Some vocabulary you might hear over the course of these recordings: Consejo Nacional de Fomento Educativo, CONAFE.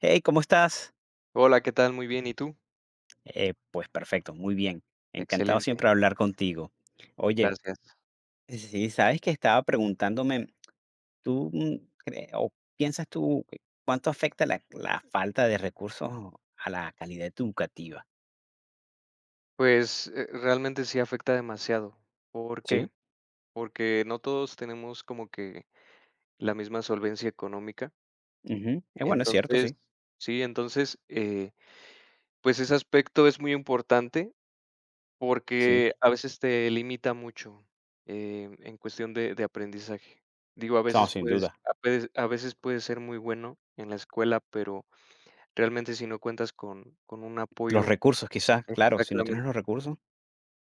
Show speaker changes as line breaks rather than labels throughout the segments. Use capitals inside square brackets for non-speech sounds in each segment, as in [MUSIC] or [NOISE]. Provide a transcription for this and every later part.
Hey, ¿cómo estás?
Hola, ¿qué tal? Muy bien, ¿y tú?
Pues perfecto, muy bien. Encantado
Excelente,
siempre de hablar contigo. Oye,
gracias.
sí, sabes que estaba preguntándome, ¿tú o piensas tú que cuánto afecta la falta de recursos a la calidad educativa?
Pues, realmente sí afecta demasiado. ¿Por qué?
Sí,
Porque no todos tenemos como que la misma solvencia económica.
ujú. Bueno, es cierto,
Entonces
sí,
sí, entonces, pues ese aspecto es muy importante
sí.
porque a veces te limita mucho, en cuestión de aprendizaje. Digo, a
No,
veces
sin
puedes
duda.
a veces puedes ser muy bueno en la escuela, pero realmente si no cuentas con un
Los
apoyo
recursos, quizás, claro, si no tienes
exactamente
los recursos,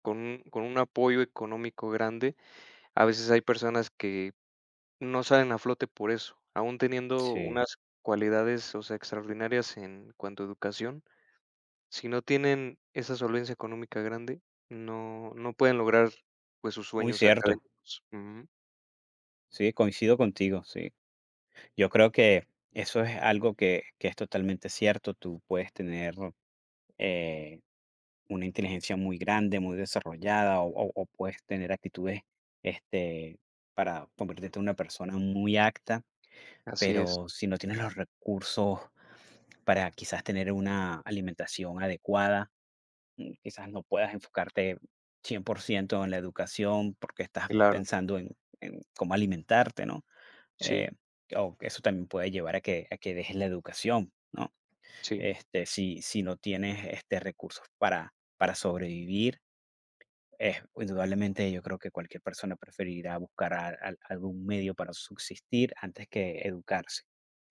con un apoyo económico grande, a veces hay personas que no salen a flote por eso, aún teniendo
sí,
unas cualidades, o sea, extraordinarias en cuanto a educación, si no tienen esa solvencia económica grande, no pueden lograr, pues, sus
muy
sueños
cierto.
académicos. Ujú.
Sí, coincido contigo, sí. Yo creo que eso es algo que es totalmente cierto. Tú puedes tener eh, una inteligencia muy grande, muy desarrollada, o puedes tener actitudes, este, para convertirte en una persona muy acta,
Así es,
pero si no tienes los recursos para quizás tener una alimentación adecuada, quizás no puedas enfocarte 100% en la educación porque estás
claro.
pensando en cómo alimentarte, ¿no?
Sí,
Eh, o que eso también puede llevar a que dejes la educación, ¿no?
sí,
Este, si no tienes, este, recursos para sobrevivir, indudablemente, yo creo que cualquier persona preferirá buscar a al algún medio para subsistir antes que educarse.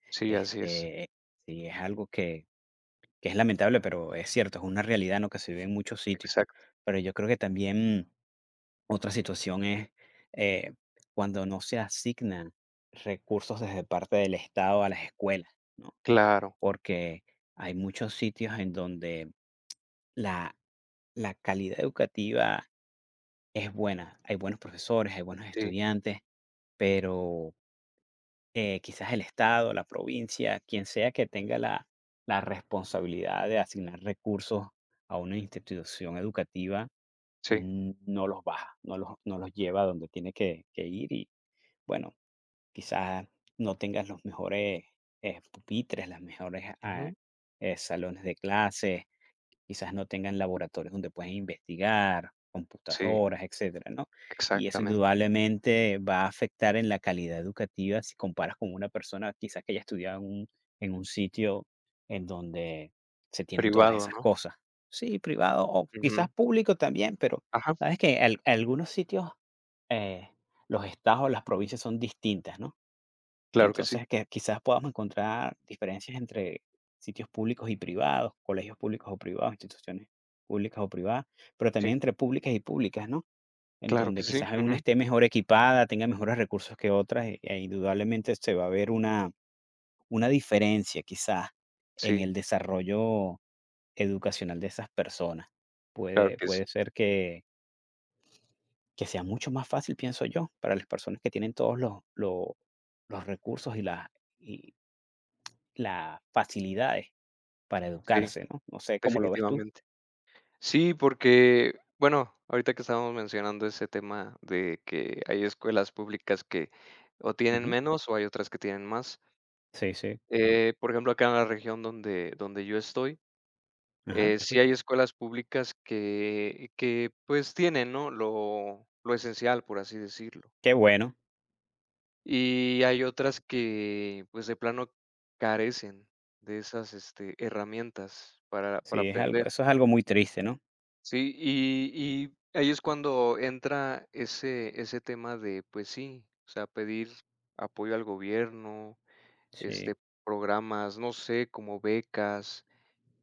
sí, así es.
Este, sí, es algo que es lamentable, pero es cierto, es una realidad, ¿no?, que se vive en muchos sitios.
Exacto.
Pero yo creo que también otra situación es, eh, cuando no se asignan recursos desde parte del Estado a las escuelas, ¿no?
Claro.
Porque hay muchos sitios en donde la la calidad educativa es buena, hay buenos profesores, hay buenos
Sí,
estudiantes, pero, quizás el estado, la provincia, quien sea que tenga la responsabilidad de asignar recursos a una institución educativa,
sí.
no los baja, no los lleva a donde tiene que ir y, bueno, quizás no tengas los mejores, pupitres, las mejores,
Ujú.
salones de clases, quizás no tengan laboratorios donde puedan investigar,
Sí,
computadoras, etcétera, ¿no? Y eso
exactamente.
indudablemente va a afectar en la calidad educativa si comparas con una persona quizás que haya estudiado en un sitio en donde se tienen todas
Privado,
esas
¿no?
cosas. Sí, privado o
Ujú.
quizás público también, pero
Ajá,
sabes que algunos sitios, eh, los estados, las provincias son distintas, ¿no?
claro que sí.
Entonces, que quizás podamos encontrar diferencias entre sitios públicos y privados, colegios públicos o privados, instituciones públicas o privadas, pero
Sí,
también entre públicas y públicas, ¿no? En
claro que
donde
sí.
quizás alguna
Ujú.
esté mejor equipada, tenga mejores recursos que otras, e indudablemente se va a ver una diferencia quizás en el
Sí,
desarrollo educacional de esas personas.
claro
Puede,
que
puede
sí,
ser que sea mucho más fácil, pienso yo, para las personas que tienen todos los recursos y las facilidades para
sí,
educarse, ¿no? No sé cómo lo ves tú.
definitivamente. Sí, porque, bueno, ahorita que estábamos mencionando ese tema de que hay escuelas públicas que o tienen
Ujú.
menos o hay otras que tienen más.
Sí, sí.
Por ejemplo, acá en la región donde yo estoy,
Ajá, te
sí
escucho.
hay escuelas públicas que, pues, tienen, ¿no?, lo esencial, por así decirlo.
Qué bueno.
Y hay otras que, pues, de plano carecen de esas, este, herramientas para
Sí, es algo,
aprender.
eso es algo muy triste, ¿no?
Sí, y ahí es cuando entra ese tema de, pues sí, o sea, pedir apoyo al gobierno, este,
Sí,
programas, no sé, como becas,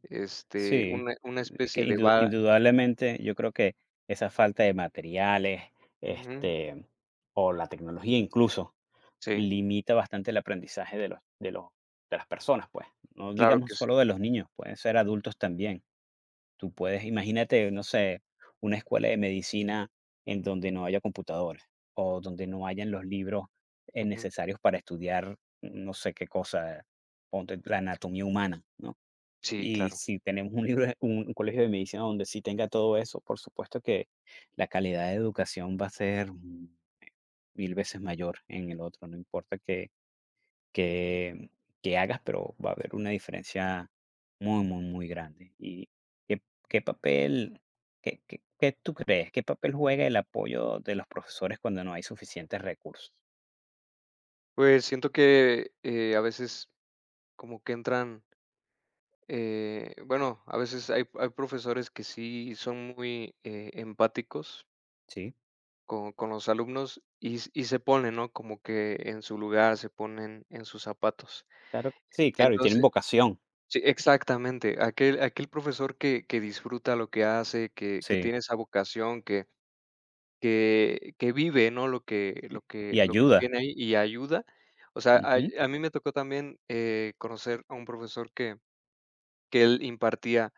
este,
sí.
una
Es que
especie de va
indudablemente yo creo que esa falta de materiales,
ujú,
este, o la tecnología incluso,
sí,
limita bastante el aprendizaje de de las personas, pues. No
claro
digamos
que sí,
solo de los niños, pueden ser adultos también. Tú puedes, imagínate, no sé, una escuela de medicina en donde no haya computadores o donde no hayan los libros
ujú,
necesarios para estudiar no sé qué cosa, ponte la anatomía humana, ¿no?
sí,
Y
claro.
si tenemos un libro, un colegio de medicina donde sí tenga todo eso, por supuesto que la calidad de educación va a ser mil veces mayor en el otro, no importa que que hagas, pero va a haber una diferencia muy, muy, muy grande. Qué qué papel qué tú crees? ¿Qué papel juega el apoyo de los profesores cuando no hay suficientes recursos?
Pues siento que, a veces como que entran, bueno, a veces hay profesores que sí son muy, empáticos.
Sí,
Con los alumnos y s y se ponen, ¿no? Como que en su lugar, se ponen en sus zapatos.
claro sí, claro, y tienen
Entonces
vocación,
sí, exactamente. Aquel profesor que disfruta lo que hace, que
sí,
tiene esa vocación, que vive, ¿no? Lo que
y ayuda.
tiene ahí y ayuda. O sea, a
Ujú.
mí me tocó también, conocer a un profesor que él impartía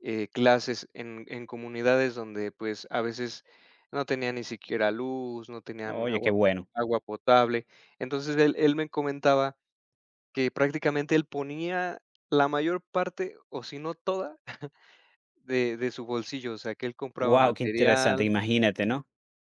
clases en comunidades donde pues a veces no tenían ni siquiera luz, no tenían
Oye, qué
agua,
bueno.
agua potable. Entonces él me comentaba que prácticamente él ponía la mayor parte, o si no toda, [LAUGHS] de su bolsillo, o sea, que él compraba
Wow, qué interesante,
material,
imagínate, ¿no?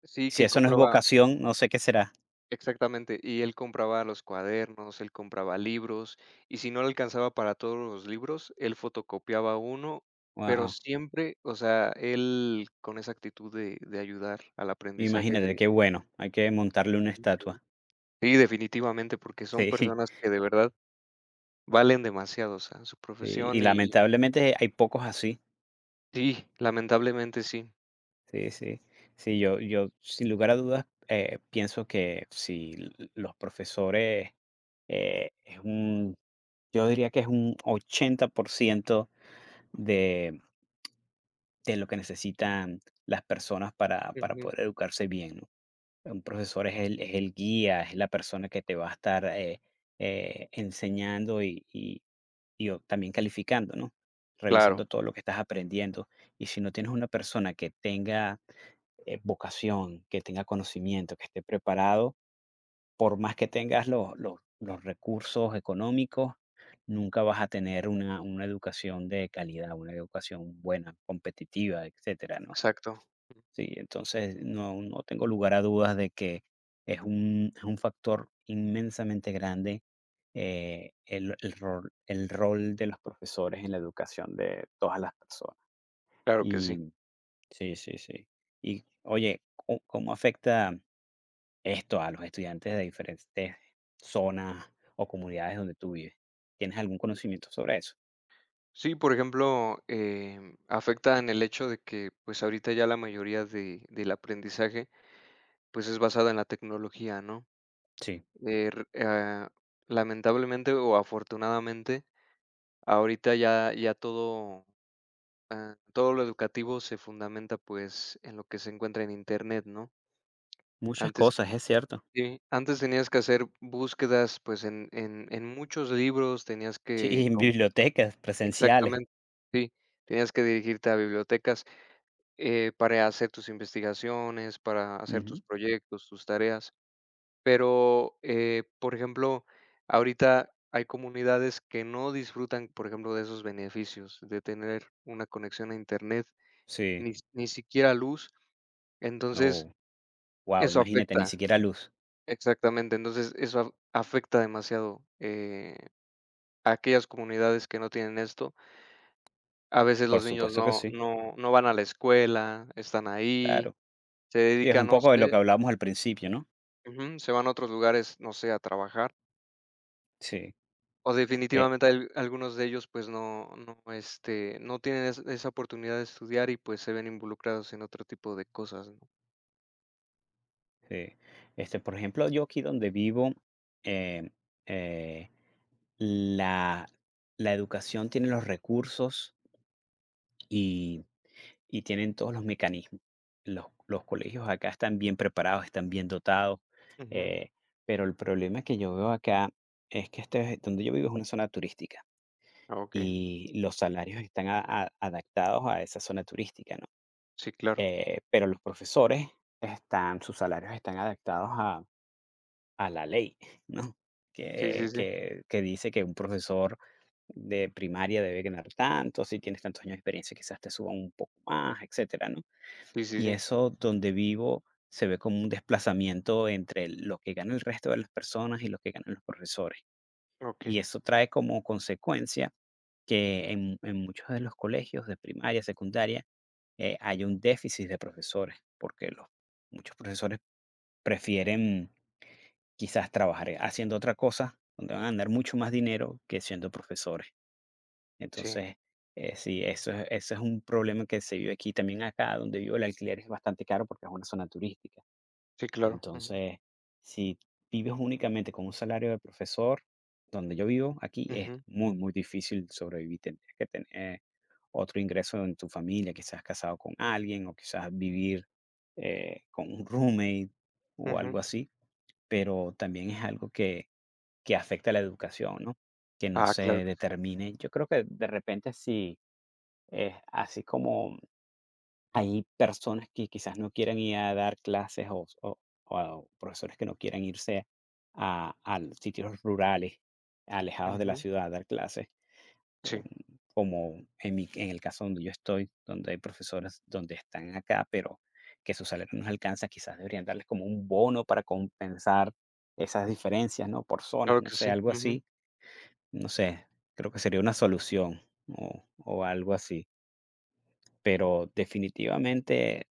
sí, que
Si
él
eso no es
compraba
vocación, no sé qué será.
Exactamente, y él compraba los cuadernos, él compraba libros, y si no le alcanzaba para todos los libros, él fotocopiaba uno, pero
Wow,
siempre, o sea, él con esa actitud de ayudar al aprendizaje
imagínate,
de
qué bueno. Hay que montarle una estatua.
sí, definitivamente, porque son
Sí, [LAUGHS] sí,
personas que de verdad valen demasiado, o sea, su
y
profesión y
lamentablemente hay pocos así.
sí, lamentablemente sí.
Sí, sí. Sí, yo sin lugar a dudas, pienso que si l los profesores, es un yo diría que es un 80% de de lo que necesitan las personas para
Ujú.
poder educarse bien, ¿no? Un profesor es es el guía, es la persona que te va a estar enseñando y también calificando, ¿no?
Claro,
Revisando todo lo que estás aprendiendo. Y si no tienes una persona que tenga vocación, que tenga conocimiento, que esté preparado, por más que tengas los recursos económicos, nunca vas a tener una educación de calidad, una educación buena, competitiva, etcétera, ¿no?
exacto,
Sí, entonces no tengo lugar a dudas de que es un factor inmensamente grande, el rol de los profesores en la educación de todas las personas.
claro que sí.
Y sí, sí, sí. Y oye, ¿co cómo afecta esto a los estudiantes de diferentes zonas o comunidades donde tú vives? ¿Tienes algún conocimiento sobre eso?
Sí, por ejemplo, afecta en el hecho de que, pues, ahorita ya la mayoría de del aprendizaje, pues, es basada en la tecnología, ¿no?
Sí,
Eh, r ah, lamentablemente o afortunadamente, ahorita ya todo, todo lo educativo se fundamenta, pues, en lo que se encuentra en Internet, ¿no?
muchas
Antes
cosas, es cierto.
sí, antes tenías que hacer búsquedas, pues, en muchos libros, tenías que
Sí, [LAUGHS] en
com
bibliotecas presenciales.
exactamente, sí, tenías que dirigirte a bibliotecas. Para hacer tus investigaciones, para hacer tus
Ujú.
proyectos, tus tareas. Pero, por ejemplo, ahorita hay comunidades que no disfrutan, por ejemplo, de esos beneficios, de tener una conexión a internet,
Sí,
ni siquiera luz. Entonces,
no. Wow,
eso
imagínate, ni
afecta,
siquiera luz.
exactamente. Entonces, afecta demasiado a aquellas comunidades que no tienen esto. A veces
Por
los niños
supuesto que sí,
no van a la escuela, están ahí,
claro.
se
Sí, es
dedican,
un
no
poco de lo
sé,
que hablábamos al principio, ¿no?
ujú, se van a otros lugares, no sé, a trabajar,
Sí,
o
eh,
definitivamente al algunos de ellos, pues, no, este, no tienen es esa oportunidad de estudiar y, pues, se ven involucrados en otro tipo de cosas, ¿no?
sí. Este, por ejemplo, yo aquí donde vivo, em, eh, la, la educación tiene los recursos y, y tienen todos los mecanismos. Los colegios acá están bien preparados, están bien dotados,
Ujú.
eh, pero el problema que yo veo acá es que este, donde yo vivo es una zona turística.
Ah, okey.
Y los salarios están a adaptados a esa zona turística, ¿no?
Sí, claro.
Pero los profesores están sus salarios están adaptados a la ley, [LAUGHS] ¿no?
Sí, sí,
Que
sí.
que que dice que un profesor de primaria debe ganar tanto, si tienes tantos años de experiencia, quizás te suban un poco más, etcétera, ¿no?
Sí, sí,
Y
sí.
eso donde vivo se ve como un desplazamiento entre lo que gana el resto de las personas y lo que ganan los profesores. Y
Okey.
eso trae como consecuencia que en muchos de los colegios de primaria, secundaria, hay un déficit de profesores, porque los muchos profesores prefieren quizás trabajar haciendo otra cosa, donde van a ganar mucho más dinero que siendo profesores.
Sí.
Entonces, sí, eso es un problema que se vive aquí. También acá donde vivo el alquiler es bastante caro porque es una zona turística.
Sí, claro. Ujú.
Entonces, si vives únicamente con un salario de profesor, donde yo vivo aquí, es
Ujú.
muy, muy difícil sobrevivir. Tendrías que tener otro ingreso en tu familia, quizás casado con alguien o quizás vivir con un roommate o
Ujú.
algo así. Pero también es algo que afecta a la educación, ¿no? Que no
Ah,
se
claro que
determine. Yo creo que de repente si es así como hay personas que quizás no quieran ir a dar clases o a profesores que no quieran irse a los sitios rurales,
sí.
alejados de la
Ujú.
ciudad a dar clases,
Sí.
mm, como en mi en el caso donde yo estoy, donde hay profesores donde están acá, pero que su salario no les alcanza, quizás deberían darles como un bono para compensar esas diferencias, ¿no? Por zonas,
Claro
no
que
sé,
sí.
algo
Ujú.
así, no sé, creo que sería una solución o algo así. Pero definitivamente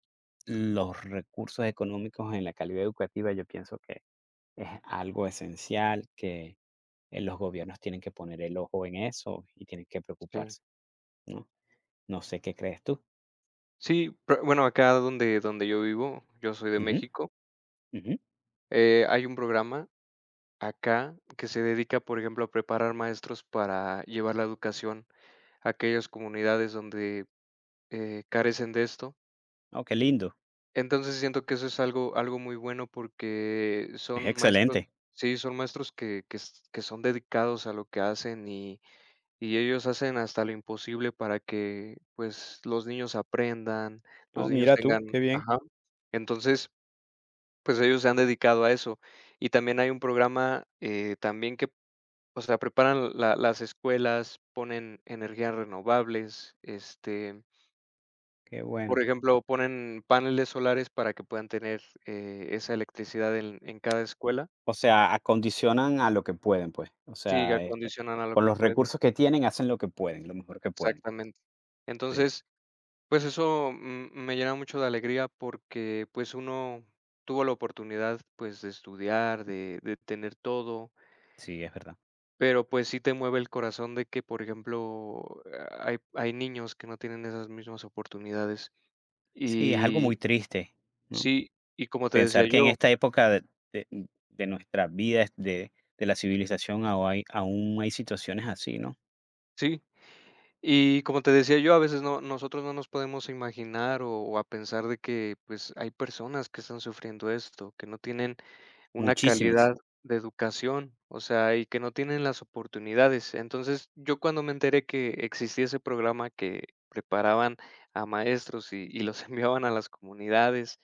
los recursos económicos en la calidad educativa yo pienso que es algo esencial, que los gobiernos tienen que poner el ojo en eso y tienen que
Sí.
preocuparse, ¿no? No sé qué crees tú.
Sí, pero bueno, acá donde yo vivo, yo soy de
Ujú,
México,
ujú.
hay un programa acá, que se dedica, por ejemplo, a preparar maestros para llevar la educación a aquellas comunidades donde, carecen de esto.
Oh, qué lindo.
Entonces, siento que eso es algo muy bueno porque
Es
son maestros
excelente.
sí, son maestros que s que son dedicados a lo que hacen y ellos hacen hasta lo imposible para que, pues, los niños aprendan, los
Oh,
niños
mira tú,
tengan
qué bien,
ajá. Entonces, pues, ellos se han dedicado a eso. Y también hay un programa, también que o sea, preparan la las escuelas, ponen energías renovables, este,
qué
por
bueno.
ejemplo, ponen paneles solares para que puedan tener, esa electricidad en cada escuela.
O sea, acondicionan a lo que pueden, pues. O
Sí,
sea,
acondicionan a lo
con
que
los
pueden.
recursos que tienen hacen lo que pueden, lo mejor que pueden.
Exactamente.
Sí,
Entonces, pues eso, me llena mucho de alegría porque, pues, uno tuvo la oportunidad, pues, de estudiar, de tener todo,
sí, es verdad.
pero, pues, sí te mueve el corazón de que, por ejemplo, hay niños que no tienen esas mismas oportunidades.
Sí, es algo muy
Y
triste, ¿no?
sí, y como te decía
Pensar que en
yo
esta época de mm, de nuestra vida, de la civilización, ao hay aún hay situaciones así, ¿no?
sí, y como te decía yo, a veces nosotros no nos podemos imaginar o a pensar de que, pues, hay personas que están sufriendo esto, que no tienen una calidad
Muchísimas.
de educación, o sea, y que no tienen las oportunidades. Entonces, yo cuando me enteré que existía ese programa que preparaban a maestros y los [LAUGHS] enviaban a las comunidades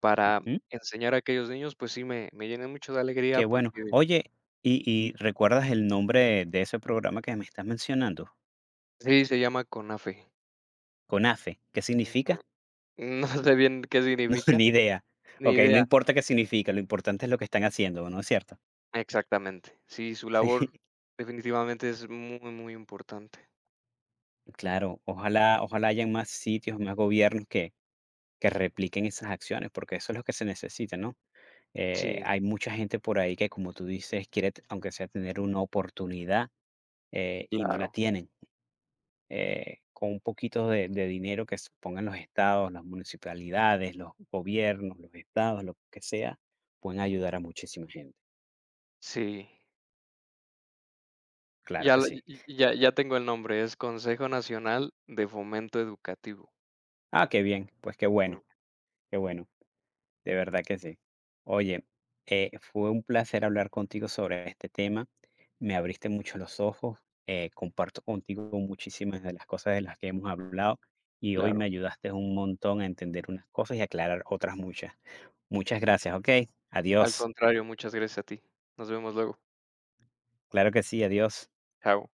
para
Ujú.
enseñar a aquellos niños, pues sí, me llené mucho de alegría
Qué bueno.
porque
Oye, y recuerdas el nombre de ese programa que me estás mencionando?
sí, se llama CONAFE.
CONAFE, ¿qué significa? [LAUGHS]
No sé bien qué
No,
significa,
ni idea.
ni
Okey, no
idea.
importa qué significa, lo importante es lo que están haciendo, ¿no es cierto? [LAUGHS]
Exactamente. Sí, su labor
Sí,
definitivamente es muy, muy importante.
claro, ojalá ojalá hayan más sitios, más gobiernos que repliquen esas acciones, porque eso es lo que se necesita, ¿no?
Sí,
Hay mucha gente por ahí que, como tú dices, quiere, aunque sea tener una oportunidad y no la
claro.
tienen. Con un poquito de dinero que se pongan los estados, las municipalidades, los gobiernos, los estados, lo que sea, pueden ayudar a muchísima gente.
Sí.
Claro
Ya
que
lo
sí.
ya tengo el nombre, es Consejo Nacional de Fomento Educativo.
Ah, qué bien. Pues qué
Mm,
bueno, qué bueno. De verdad que sí. Oye, fue un placer hablar contigo sobre este tema. Me abriste mucho los ojos. Eh, comparto contigo muchísimas de las cosas de las que hemos hablado y hoy me
claro.
ayudaste un montón a entender unas cosas y aclarar otras muchas. Muchas gracias, ¿ok?
Al
Adiós.
contrario, muchas gracias a ti. Nos vemos luego.
Claro que sí, adiós.
Chao.